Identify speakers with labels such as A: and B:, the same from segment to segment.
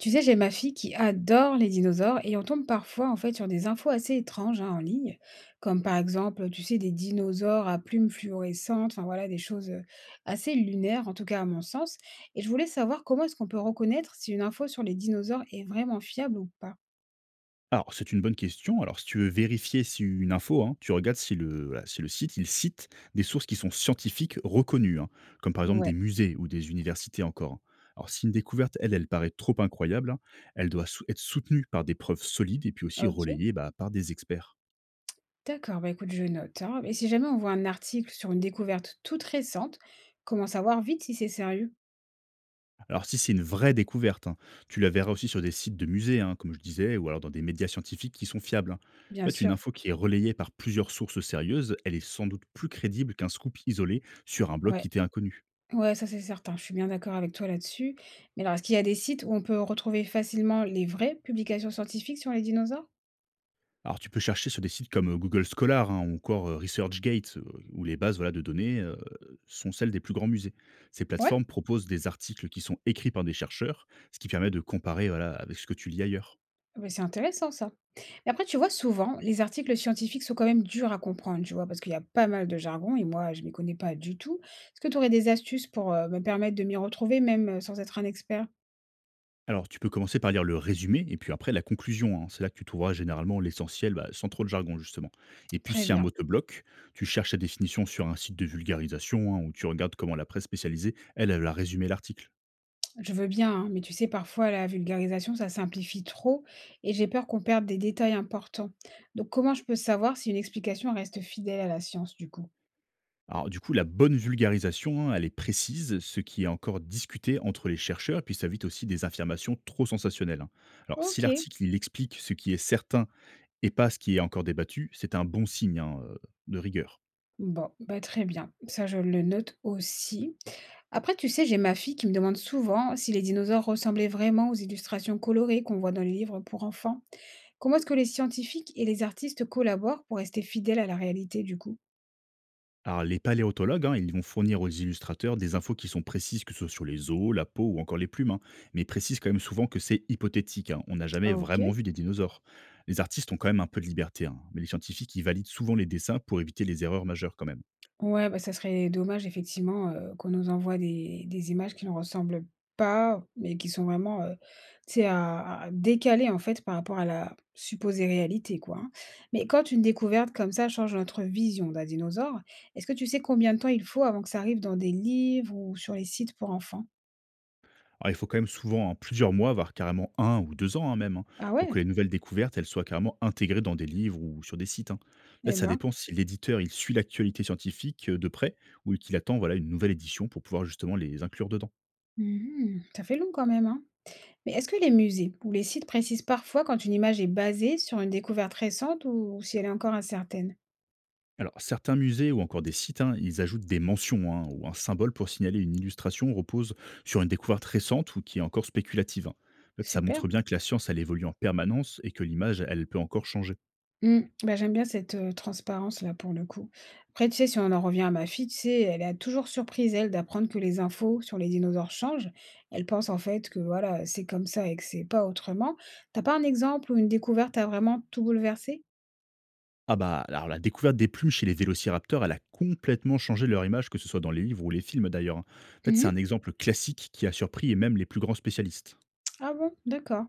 A: Tu sais, j'ai ma fille qui adore les dinosaures et on tombe parfois en fait sur des infos assez étranges hein, en ligne, comme par exemple, tu sais, des dinosaures à plumes fluorescentes, enfin voilà, des choses assez lunaires, en tout cas à mon sens. Et je voulais savoir comment est-ce qu'on peut reconnaître si une info sur les dinosaures est vraiment fiable ou pas.
B: Alors, c'est une bonne question. Alors, si tu veux vérifier si une info, hein, tu regardes si le, voilà, si le site, il cite des sources qui sont scientifiques reconnues, hein, comme par exemple des
A: Ouais,
B: musées ou des universités encore, hein. Alors, si une découverte, elle, elle paraît trop incroyable, hein, elle doit être soutenue par des preuves solides et puis aussi
A: ok.
B: relayée bah, par des experts.
A: D'accord, bah écoute, je note, hein. Et si jamais on voit un article sur une découverte toute récente, comment savoir vite si c'est sérieux?
B: Alors, si c'est une vraie découverte, hein, tu la verras aussi sur des sites de musées, hein, comme je disais, ou alors dans des médias scientifiques qui sont fiables, hein. En
A: Bien
B: fait, une
A: sûr.
B: info qui est relayée par plusieurs sources sérieuses, elle est sans doute plus crédible qu'un scoop isolé sur un blog
A: Ouais.
B: qui t'est inconnu.
A: Ouais, ça c'est certain, je suis bien d'accord avec toi là-dessus. Mais alors, est-ce qu'il y a des sites où on peut retrouver facilement les vraies publications scientifiques sur les dinosaures?
B: Alors, tu peux chercher sur des sites comme Google Scholar hein, ou encore ResearchGate, où les bases voilà, de données sont celles des plus grands musées. Ces
A: Ouais,
B: plateformes proposent des articles qui sont écrits par des chercheurs, ce qui permet de comparer voilà, avec ce que tu lis ailleurs.
A: mais c'est intéressant ça. Mais après, tu vois, souvent, les articles scientifiques sont quand même durs à comprendre, tu vois, parce qu'il y a pas mal de jargon et moi, je m'y connais pas du tout. Est-ce que tu aurais des astuces pour me permettre de m'y retrouver, même sans être un expert?
B: Alors, tu peux commencer par lire le résumé et puis après la conclusion, hein. C'est là que tu trouveras généralement l'essentiel bah, sans trop de jargon, justement. Et puis,
A: Très
B: si un mot
A: bien,
B: te bloque, tu cherches la définition sur un site de vulgarisation hein, où tu regardes comment la presse spécialisée, elle, elle a résumé l'article.
A: je veux bien, hein, mais tu sais, parfois la vulgarisation, ça simplifie trop et j'ai peur qu'on perde des détails importants. Donc, comment je peux savoir si une explication reste fidèle à la science, du coup?
B: Alors du coup, la bonne vulgarisation, hein, elle est précise, ce qui est encore discuté entre les chercheurs, et puis ça évite aussi des affirmations trop sensationnelles, hein. Alors si
A: OK.
B: l'article il explique ce qui est certain et pas ce qui est encore débattu, c'est un bon signe hein, de rigueur.
A: Bon, bah, très bien. Ça, je le note aussi. Après, tu sais, j'ai ma fille qui me demande souvent si les dinosaures ressemblaient vraiment aux illustrations colorées qu'on voit dans les livres pour enfants. Comment est-ce que les scientifiques et les artistes collaborent pour rester fidèles à la réalité, du coup?
B: Alors les paléontologues, hein, ils vont fournir aux illustrateurs des infos qui sont précises, que ce soit sur les os, la peau ou encore les plumes, hein, mais ils précisent quand même souvent que c'est hypothétique, hein, on n'a jamais vraiment
A: OK.
B: vu des dinosaures. Les artistes ont quand même un peu de liberté, hein, mais les scientifiques, ils valident souvent les dessins pour éviter les erreurs majeures quand même.
A: Ouais, bah, ça serait dommage effectivement, qu'on nous envoie des images qui ne ressemblent pas, mais qui sont vraiment, tu sais, à décalées en fait par rapport à la supposée réalité quoi, hein. Mais quand une découverte comme ça change notre vision d'un dinosaure, est-ce que tu sais combien de temps il faut avant que ça arrive dans des livres ou sur les sites pour enfants?
B: Alors, il faut quand même souvent, hein, plusieurs mois, voire carrément un ou 2 ans, hein, même, hein,
A: Ah
B: pour que
A: ouais?
B: les nouvelles découvertes, elles soient carrément intégrées dans des livres ou sur des sites, hein. Là,
A: Eh
B: ça
A: ben.
B: dépend si l'éditeur, il suit l'actualité scientifique, de près ou qu'il attend, voilà, une nouvelle édition pour pouvoir justement les inclure dedans.
A: Mmh. Ça fait long quand même, hein? Mais est-ce que les musées ou les sites précisent parfois quand une image est basée sur une découverte récente ou si elle est encore incertaine?
B: Alors certains musées ou encore des sites, hein, ils ajoutent des mentions, hein, ou un symbole pour signaler une illustration repose sur une découverte récente ou qui est encore spéculative, hein. En fait, ça
A: Super.
B: montre bien que la science, elle évolue en permanence et que l'image, elle peut encore changer.
A: Mmh. Bah, j'aime bien cette, transparence-là, pour le coup. Après, tu sais, si on en revient à ma fille, tu sais, elle a toujours surprise, elle, d'apprendre que les infos sur les dinosaures changent. Elle pense, en fait, que voilà, c'est comme ça et que c'est pas autrement. T'as pas un exemple ou une découverte a vraiment tout bouleversé?
B: Ah bah, alors la découverte des plumes chez les vélociraptors, elle a complètement changé leur image, que ce soit dans les livres ou les films d'ailleurs. En fait, c'est
A: Mmh.
B: un exemple classique qui a surpris et même les plus grands spécialistes.
A: Ah bon? D'accord.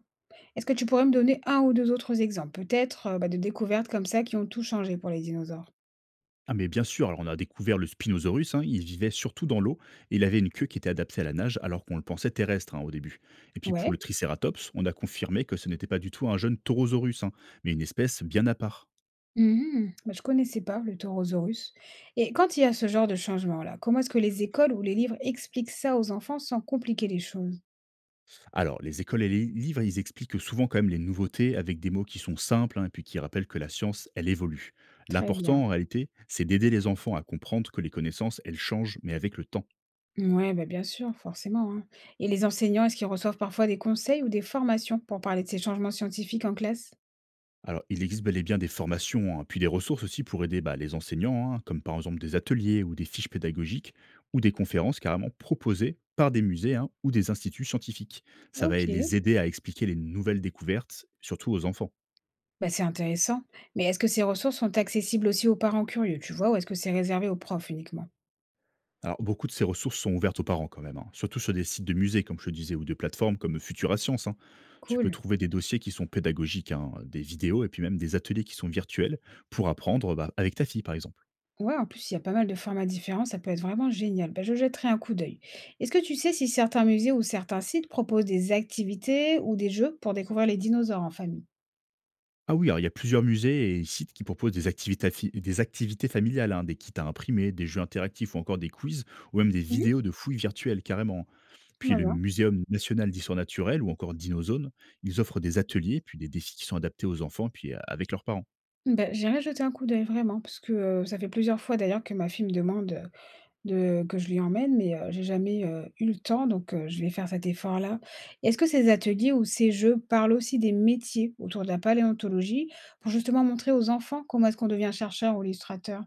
A: Est-ce que tu pourrais me donner un ou 2 autres exemples, peut-être, bah, de découvertes comme ça qui ont tout changé pour les dinosaures?
B: Ah mais bien sûr, alors on a découvert le Spinosaurus, hein, il vivait surtout dans l'eau et il avait une queue qui était adaptée à la nage alors qu'on le pensait terrestre hein, au début. Et puis pour le
A: Ouais.
B: Triceratops, on a confirmé que ce n'était pas du tout un jeune Taurosaurus, hein, mais une espèce bien à part.
A: Mmh. Bah, je connaissais pas le Taurosaurus et quand il y a ce genre de changement-là, comment est-ce que les écoles ou les livres expliquent ça aux enfants sans compliquer les choses?
B: Alors, les écoles et les livres, ils expliquent souvent quand même les nouveautés avec des mots qui sont simples hein, et puis qui rappellent que la science, elle évolue.
A: Très bien.
B: L'important, en réalité, c'est d'aider les enfants à comprendre que les connaissances, elles changent, mais avec le temps.
A: Ouais, bah, bien sûr, forcément, hein, et les enseignants, est-ce qu'ils reçoivent parfois des conseils ou des formations pour parler de ces changements scientifiques en classe?
B: Alors, il existe bel et bien des formations, hein, puis des ressources aussi pour aider bah, les enseignants, hein, comme par exemple des ateliers ou des fiches pédagogiques, ou des conférences carrément proposées par des musées hein, ou des instituts scientifiques. Ça va
A: Ok.
B: les aider à expliquer les nouvelles découvertes, surtout aux enfants.
A: Bah, c'est intéressant, mais est-ce que ces ressources sont accessibles aussi aux parents curieux, tu vois, ou est-ce que c'est réservé aux profs uniquement?
B: Alors, beaucoup de ces ressources sont ouvertes aux parents quand même, hein, surtout sur des sites de musées, comme je te disais, ou de plateformes comme Futura Science, hein. Tu peux
A: Cool.
B: trouver des dossiers qui sont pédagogiques, hein, des vidéos et puis même des ateliers qui sont virtuels pour apprendre bah, avec ta fille, par exemple.
A: Ouais, en plus, il y a pas mal de formats différents, ça peut être vraiment génial. Ben je jetterai un coup d'œil. Est-ce que tu sais si certains musées ou certains sites proposent des activités ou des jeux pour découvrir les dinosaures en famille?
B: Ah oui, alors il y a plusieurs musées et sites qui proposent des activités, des activités familiales, hein, des kits à imprimer, des jeux interactifs ou encore des quiz, ou même des
A: Mhm.
B: vidéos de fouilles virtuelles carrément. Puis
A: Bah,
B: le
A: bah.
B: Muséum national d'histoire naturelle ou encore Dinozone, ils offrent des ateliers, puis des défis qui sont adaptés aux enfants, puis avec leurs parents.
A: Bah, j'irai jeter un coup d'œil vraiment, parce que ça fait plusieurs fois d'ailleurs que ma fille me demande de, que je lui emmène, mais j'ai jamais eu le temps, donc je vais faire cet effort-là. Est-ce que ces ateliers ou ces jeux parlent aussi des métiers autour de la paléontologie pour justement montrer aux enfants comment est-ce qu'on devient chercheur ou illustrateur?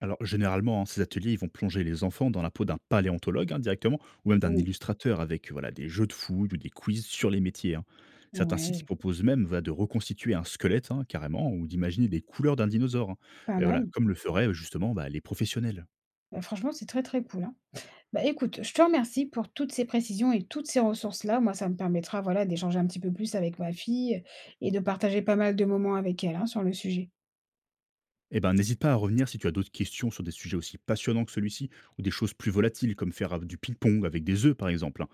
B: Alors, généralement, hein, ces ateliers, ils vont plonger les enfants dans la peau d'un paléontologue hein, directement, ou même d'un
A: Oui,
B: illustrateur avec voilà, des jeux de fouilles ou des quiz sur les métiers, hein. Certains sites ils
A: ouais.
B: proposent même voilà, de reconstituer un squelette hein, carrément, ou d'imaginer des couleurs d'un dinosaure, hein.
A: Pas
B: Et voilà,
A: mal.
B: comme le feraient justement bah, les professionnels.
A: Bah, franchement, c'est très, très cool, hein. Bah, écoute, je te remercie pour toutes ces précisions et toutes ces ressources-là. Moi, ça me permettra, voilà, d'échanger un petit peu plus avec ma fille et de partager pas mal de moments avec elle, hein, sur le sujet.
B: Eh ben, n'hésite pas à revenir si tu as d'autres questions sur des sujets aussi passionnants que celui-ci, ou des choses plus volatiles comme faire du ping-pong avec des œufs, par exemple, hein.